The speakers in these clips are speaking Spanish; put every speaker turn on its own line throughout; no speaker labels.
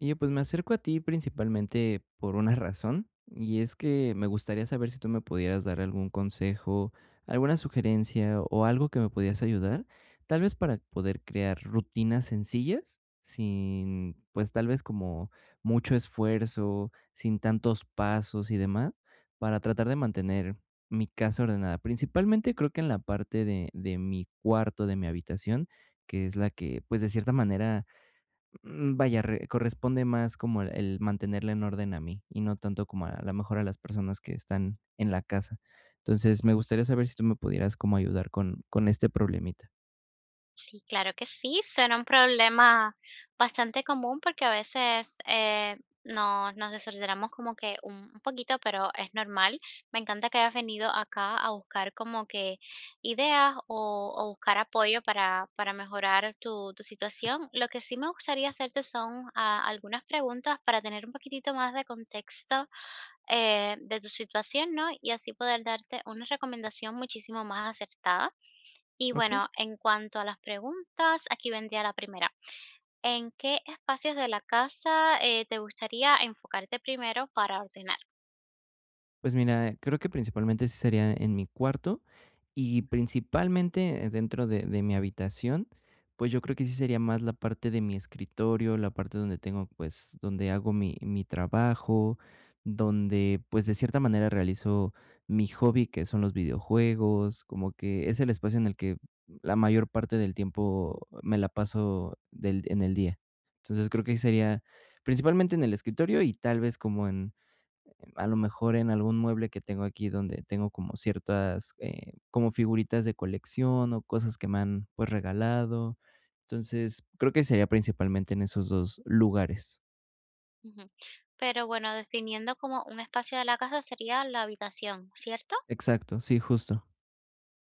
Oye, pues me acerco a ti principalmente por una razón, y es que me gustaría saber si tú me pudieras dar algún consejo, alguna sugerencia o algo que me pudieras ayudar, tal vez para poder crear rutinas sencillas, sin, pues tal vez como mucho esfuerzo, sin tantos pasos y demás, para tratar de mantener mi casa ordenada. Principalmente creo que en la parte de mi cuarto, de mi habitación, que es la que, pues de cierta manera vaya, re corresponde más como el mantenerla en orden a mí, y no tanto como a lo mejor a las personas que están en la casa. Entonces, me gustaría saber si tú me pudieras como ayudar con este problemita.
Sí, claro que sí, suena un problema bastante común porque a veces nos desordenamos como que un poquito, pero es normal. Me encanta que hayas venido acá a buscar como que ideas o buscar apoyo para mejorar tu situación. Lo que sí me gustaría hacerte son algunas preguntas para tener un poquitito más de contexto de tu situación, ¿no? Y así poder darte una recomendación muchísimo más acertada. Y
Okey.
bueno, en cuanto a las preguntas, aquí vendría la primera. ¿En qué espacios de la casa te gustaría enfocarte primero para ordenar?
Pues mira, creo que principalmente sí sería en mi cuarto y principalmente dentro de mi habitación, pues yo creo que sí sería más la parte de mi escritorio, la parte donde tengo, pues, donde hago mi trabajo, donde pues de cierta manera realizo mi hobby, que son los videojuegos, como que es el espacio en el que la mayor parte del tiempo me la paso en el día. Entonces creo que sería principalmente en el escritorio y tal vez como a lo mejor en algún mueble que tengo aquí donde tengo como ciertas, como figuritas de colección o cosas que me han, pues, regalado. Entonces, creo que sería principalmente en esos dos lugares.
Ujú. Pero bueno, definiendo como un espacio de la casa sería la habitación, ¿cierto?
Exacto, sí, justo.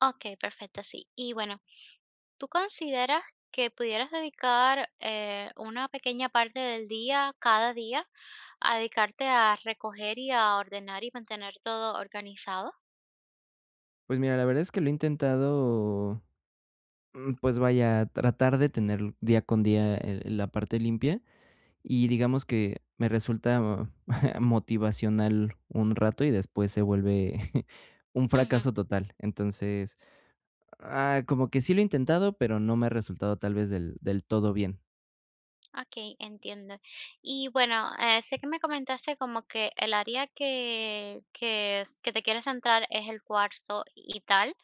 Ok, perfecto, sí. Y bueno, ¿tú consideras que pudieras dedicar una pequeña parte del día, cada día, a dedicarte a recoger y a ordenar y mantener todo organizado?
Pues mira, la verdad es que lo he intentado, pues vaya, tratar de tener día con día, la parte limpia y digamos que me resulta motivacional un rato y después se vuelve un fracaso total. Entonces como que sí lo he intentado, pero no me ha resultado tal vez del todo bien.
Okey, entiendo. Y bueno, sé que me comentaste como que el área que es que te quieres centrar es el cuarto y tal,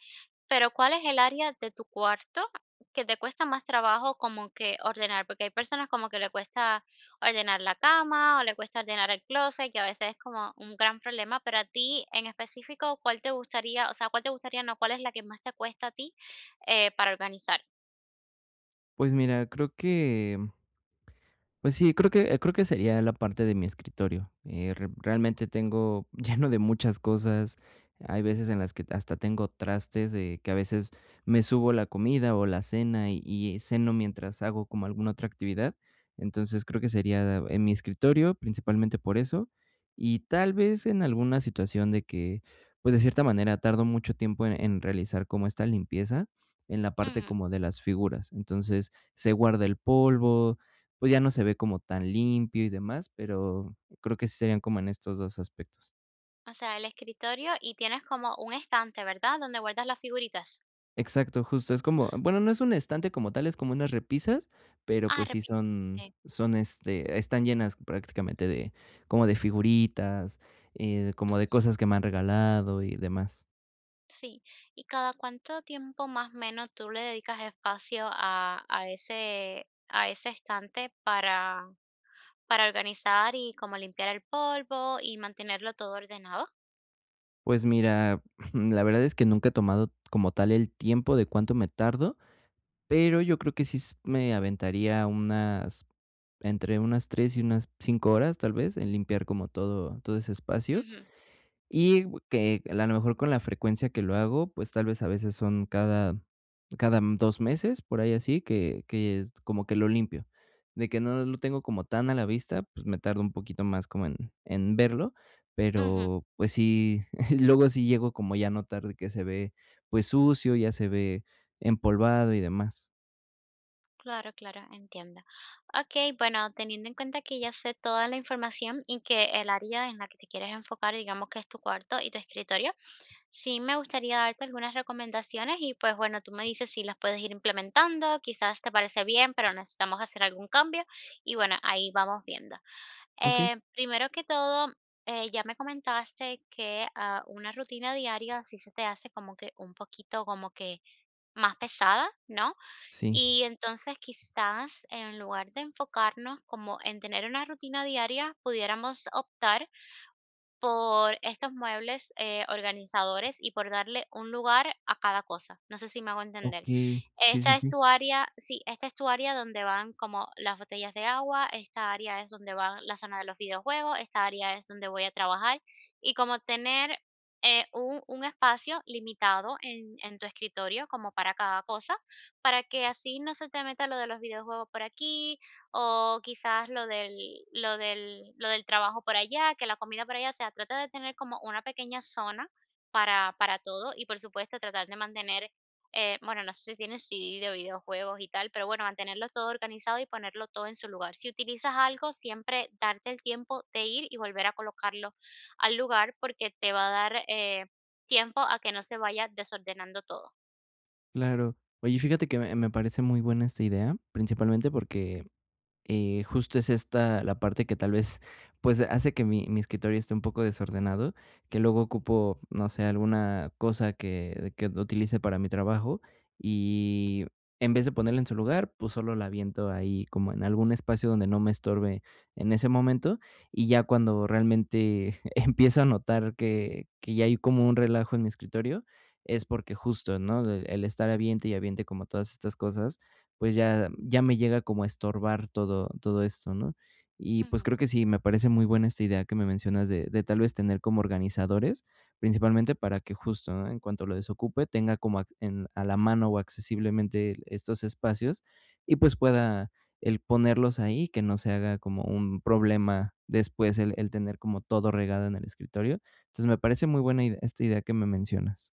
pero, ¿cuál es el área de tu cuarto que te cuesta más trabajo como que ordenar? Porque hay personas como que le cuesta ordenar la cama, o le cuesta ordenar el closet que a veces es como un gran problema, pero a ti en específico, ¿cuál te gustaría? O sea, ¿cuál te gustaría? No, ¿cuál es la que más te cuesta a ti, para organizar?
Pues mira, creo que Pues sí, creo que sería la parte de mi escritorio. Realmente tengo lleno de muchas cosas. Hay veces en las que hasta tengo trastes de que a veces me subo la comida o la cena y ceno mientras hago como alguna otra actividad. Entonces creo que sería en mi escritorio, principalmente por eso. Y tal vez en alguna situación de que, pues de cierta manera, tardo mucho tiempo en realizar como esta limpieza en la parte como de las figuras. Entonces se guarda el polvo, pues, ya no se ve como tan limpio y demás, pero creo que sí serían como en estos dos aspectos.
O sea, el escritorio y tienes como un estante, ¿verdad? Donde guardas las figuritas.
Exacto, justo, es como bueno, no es un estante como tal, es como unas repisas, pero,
Ah,
pues, sí
repito.
son
eh,
son, este, están llenas prácticamente de como de figuritas, como
Mm,
de cosas que me han regalado y demás.
sí. ¿Y cada cuánto tiempo más o menos tú le dedicas espacio a ese a ese estante para organizar y como limpiar el polvo y mantenerlo todo ordenado?
Pues mira, la verdad es que nunca he tomado como tal el tiempo de cuánto me tardo, pero yo creo que sí s me aventaría unas entre unas 3 y unas 5 horas, tal vez, en limpiar como todo ese espacio.
Ujú,
Y que a la mejor con la frecuencia que lo hago, pues, tal vez a veces son cada 2 meses, por ahí así, que es como que lo limpio. De que no lo tengo como tan a la vista, pues, me tardo un poquito más como en verlo,
ujú.
pero, pues sí, luego sí llego como ya a notar de que se ve, pues, sucio, ya se ve empolvado y demás.
Claro, claro, entiendo. Okey, bueno, teniendo en cuenta que ya sé toda la información y que el área en la que te quieres enfocar, digamos que es tu cuarto y tu escritorio. Sí, me gustaría darte algunas recomendaciones y pues bueno, tú me dices si las puedes ir implementando, quizás te parece bien, pero necesitamos hacer algún cambio y bueno, ahí vamos viendo.
Okey,
Primero que todo, ya me comentaste que una rutina diaria sí se te hace como que un poquito como que más pesada, ¿no?
sí,
Y entonces quizás en lugar de enfocarnos como en tener una rutina diaria, pudiéramos optar por estos muebles, organizadores y por darle un lugar a cada cosa. No sé si me hago entender.
okey,
Esta es
sí,
tu área, sí, esta es tu área donde van como las botellas de agua, esta área es donde va la zona de los videojuegos, esta área es donde voy a trabajar y como tener un espacio limitado en tu escritorio como para cada cosa, para que así no se te meta lo de los videojuegos por aquí, o quizás lo del trabajo por allá, que la comida por allá, o sea, trata de tener como una pequeña zona para todo y, por supuesto, tratar de mantener, bueno, no sé si tienes CD de videojuegos y tal, pero bueno, mantenerlo todo organizado y ponerlo todo en su lugar. Si utilizas algo, siempre darte el tiempo de ir y volver a colocarlo al lugar, porque te va a dar, tiempo a que no se vaya desordenando todo.
claro. Oye, fíjate que me parece muy buena esta idea, principalmente porque justo es esta la parte que tal vez, pues, hace que mi escritorio esté un poco desordenado, que luego ocupo, no sé, alguna cosa que utilice para mi trabajo, y en vez de ponerla en su lugar, pues, solo la aviento ahí como en algún espacio donde no me estorbe en ese momento, y ya cuando realmente empiezo a notar que ya hay como un relajo en mi escritorio, es porque justo, ¿no?, el estar aviente y aviente como todas estas cosas, pues ya me llega como a estorbar todo esto, ¿no? Y, pues,
Ujú.
creo que sí, me parece muy buena esta idea que me mencionas de tal vez tener como organizadores, principalmente para que justo, ¿no? En cuanto lo desocupe, tenga como ac en a la mano o accesiblemente estos espacios y, pues, pueda el ponerlos ahí, que no se haga como un problema después el tener como todo regado en el escritorio. Entonces, me parece muy buena ide esta idea que me mencionas.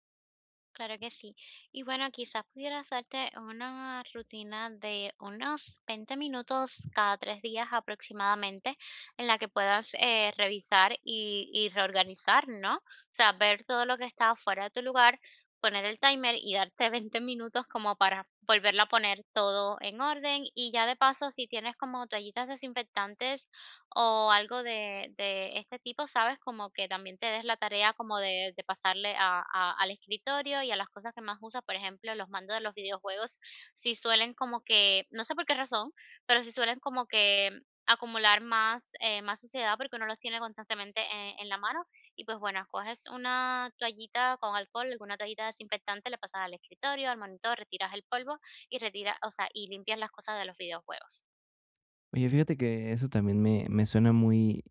Claro que sí. Y bueno, quizás pudieras hacerte una rutina de unos 20 minutos cada 3 días aproximadamente, en la que puedas revisar y reorganizar, ¿no? O sea, ver todo lo que está fuera de tu lugar, poner el timer y darte 20 minutos como para volverla a poner todo en orden. Y ya de paso, si tienes como toallitas desinfectantes o algo de este tipo, ¿sabes? Como que también te des la tarea como de pasarle al escritorio y a las cosas que más usas, por ejemplo, los mandos de los videojuegos, si suelen como que, no sé por qué razón, pero si suelen como que acumular más, más suciedad porque uno los tiene constantemente en la mano y pues bueno, coges una toallita con alcohol, alguna toallita desinfectante, le pasas al escritorio, al monitor, retiras el polvo y retira, o sea, y limpias las cosas de los videojuegos.
Oye, fíjate que eso también me suena muy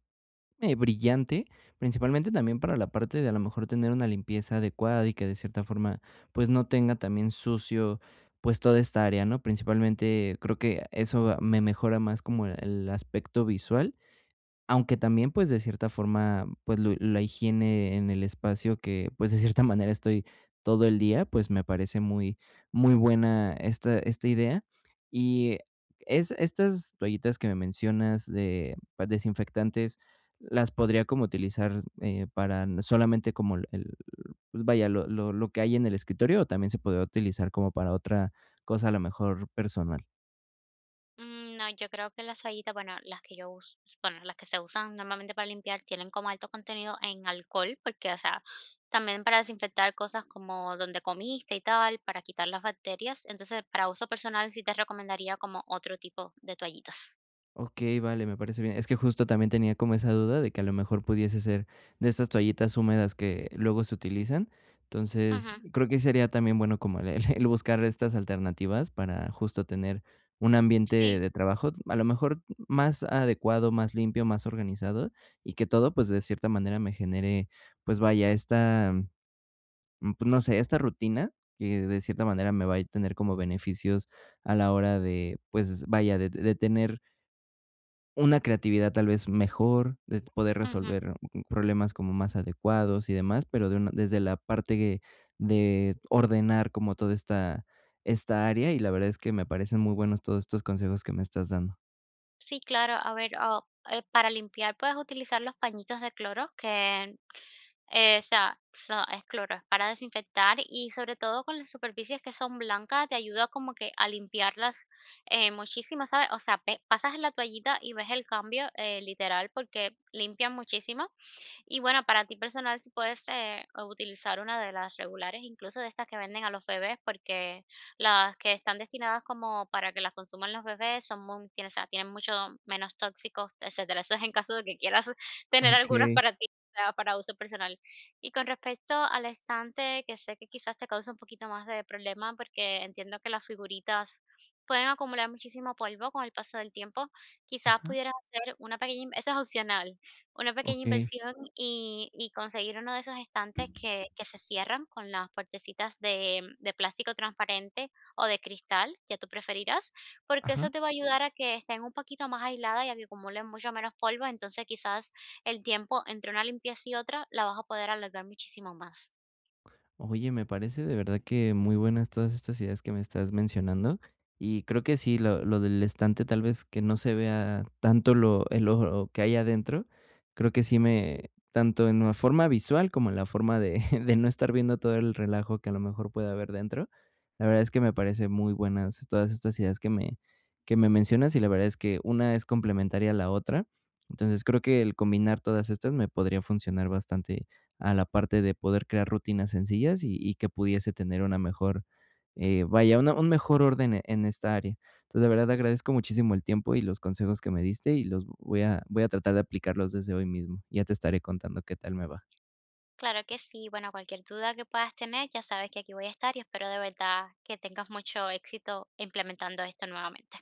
brillante, principalmente también para la parte de a lo mejor tener una limpieza adecuada y que de cierta forma pues no tenga también sucio pues toda esta área, ¿no? Principalmente creo que eso me mejora más como el aspecto visual, aunque también, pues, de cierta forma, pues, lo la higiene en el espacio que, pues, de cierta manera estoy todo el día, pues, me parece muy muy buena esta idea. Y es estas toallitas que me mencionas de pa desinfectantes, las podría como utilizar, para solamente como el, pues, vaya, lo que hay en el escritorio, o también se podría utilizar como para otra cosa, a lo mejor personal.
Mm, no, yo creo que las toallitas, bueno, las que yo uso, bueno, las que se usan normalmente para limpiar tienen como alto contenido en alcohol, porque, o sea, también para desinfectar cosas como donde comiste y tal, para quitar las bacterias. Entonces, para uso personal sí te recomendaría como otro tipo de toallitas.
Okey, vale, me parece bien. Es que justo también tenía como esa duda de que a lo mejor pudiese ser de estas toallitas húmedas que luego se utilizan. Entonces,
Ujú,
creo que sería también bueno como el el buscar estas alternativas para justo tener un ambiente
sí,
de trabajo, a lo mejor más adecuado, más limpio, más organizado, y que todo, pues, de cierta manera me genere, pues, vaya, esta, pues, no sé, esta rutina que de cierta manera me va a tener como beneficios a la hora de, pues, vaya, de tener una creatividad tal vez mejor, de poder
ujú.
resolver problemas como más adecuados y demás, pero de una desde la parte que- de ordenar como toda esta esta área, y la verdad es que me parecen muy buenos todos estos consejos que me estás dando.
Sí, claro. A ver, para limpiar puedes utilizar los pañitos de cloro que exacto, es cloro, es para desinfectar y sobre todo con las superficies que son blancas, te ayuda como que a limpiarlas muchísimo, ¿sabes? O sea, pasas la toallita y ves el cambio literal porque limpian muchísimo. Y bueno, para ti personal, si puedes utilizar una de las regulares, incluso de estas que venden a los bebés, porque las que están destinadas como para que las consuman los bebés son muy, tienen, o sea, tienen mucho menos tóxicos, etcétera. Eso es en caso de que quieras tener algunas
Okey,
para ti, o sea, para uso personal. Y con respecto al estante, que sé que quizás te causa un poquito más de problema, porque entiendo que las figuritas pueden acumular muchísimo polvo con el paso del tiempo. Quizás
ajá,
pudieras hacer una pequeña, eso es opcional, una pequeña
okey,
inversión y conseguir uno de esos estantes que se cierran con las puertecitas de plástico transparente o de cristal, ya tú preferirás, porque
ajá.
eso te va a ayudar a que estén un poquito más aisladas y a que acumulen mucho menos polvo, entonces quizás el tiempo entre una limpieza y otra la vas a poder alargar muchísimo más.
Oye, me parece de verdad que muy buenas todas estas ideas que me estás mencionando. Y creo que sí, lo del estante, tal vez que no se vea tanto lo, el oro que hay adentro, creo que sí me, tanto en la forma visual como en la forma de, de no estar viendo todo el relajo que a lo mejor puede haber dentro. La verdad es que me parece muy buenas todas estas ideas que me mencionas y la verdad es que una es complementaria a la otra. Entonces creo que el combinar todas estas me podría funcionar bastante a la parte de poder crear rutinas sencillas y que pudiese tener una mejor, vaya, una un mejor orden en esta área. Entonces, de verdad agradezco muchísimo el tiempo y los consejos que me diste y los voy a tratar de aplicarlos desde hoy mismo. Ya te estaré contando qué tal me va.
Claro que sí, bueno, cualquier duda que puedas tener, ya sabes que aquí voy a estar y espero de verdad que tengas mucho éxito implementando esto nuevamente.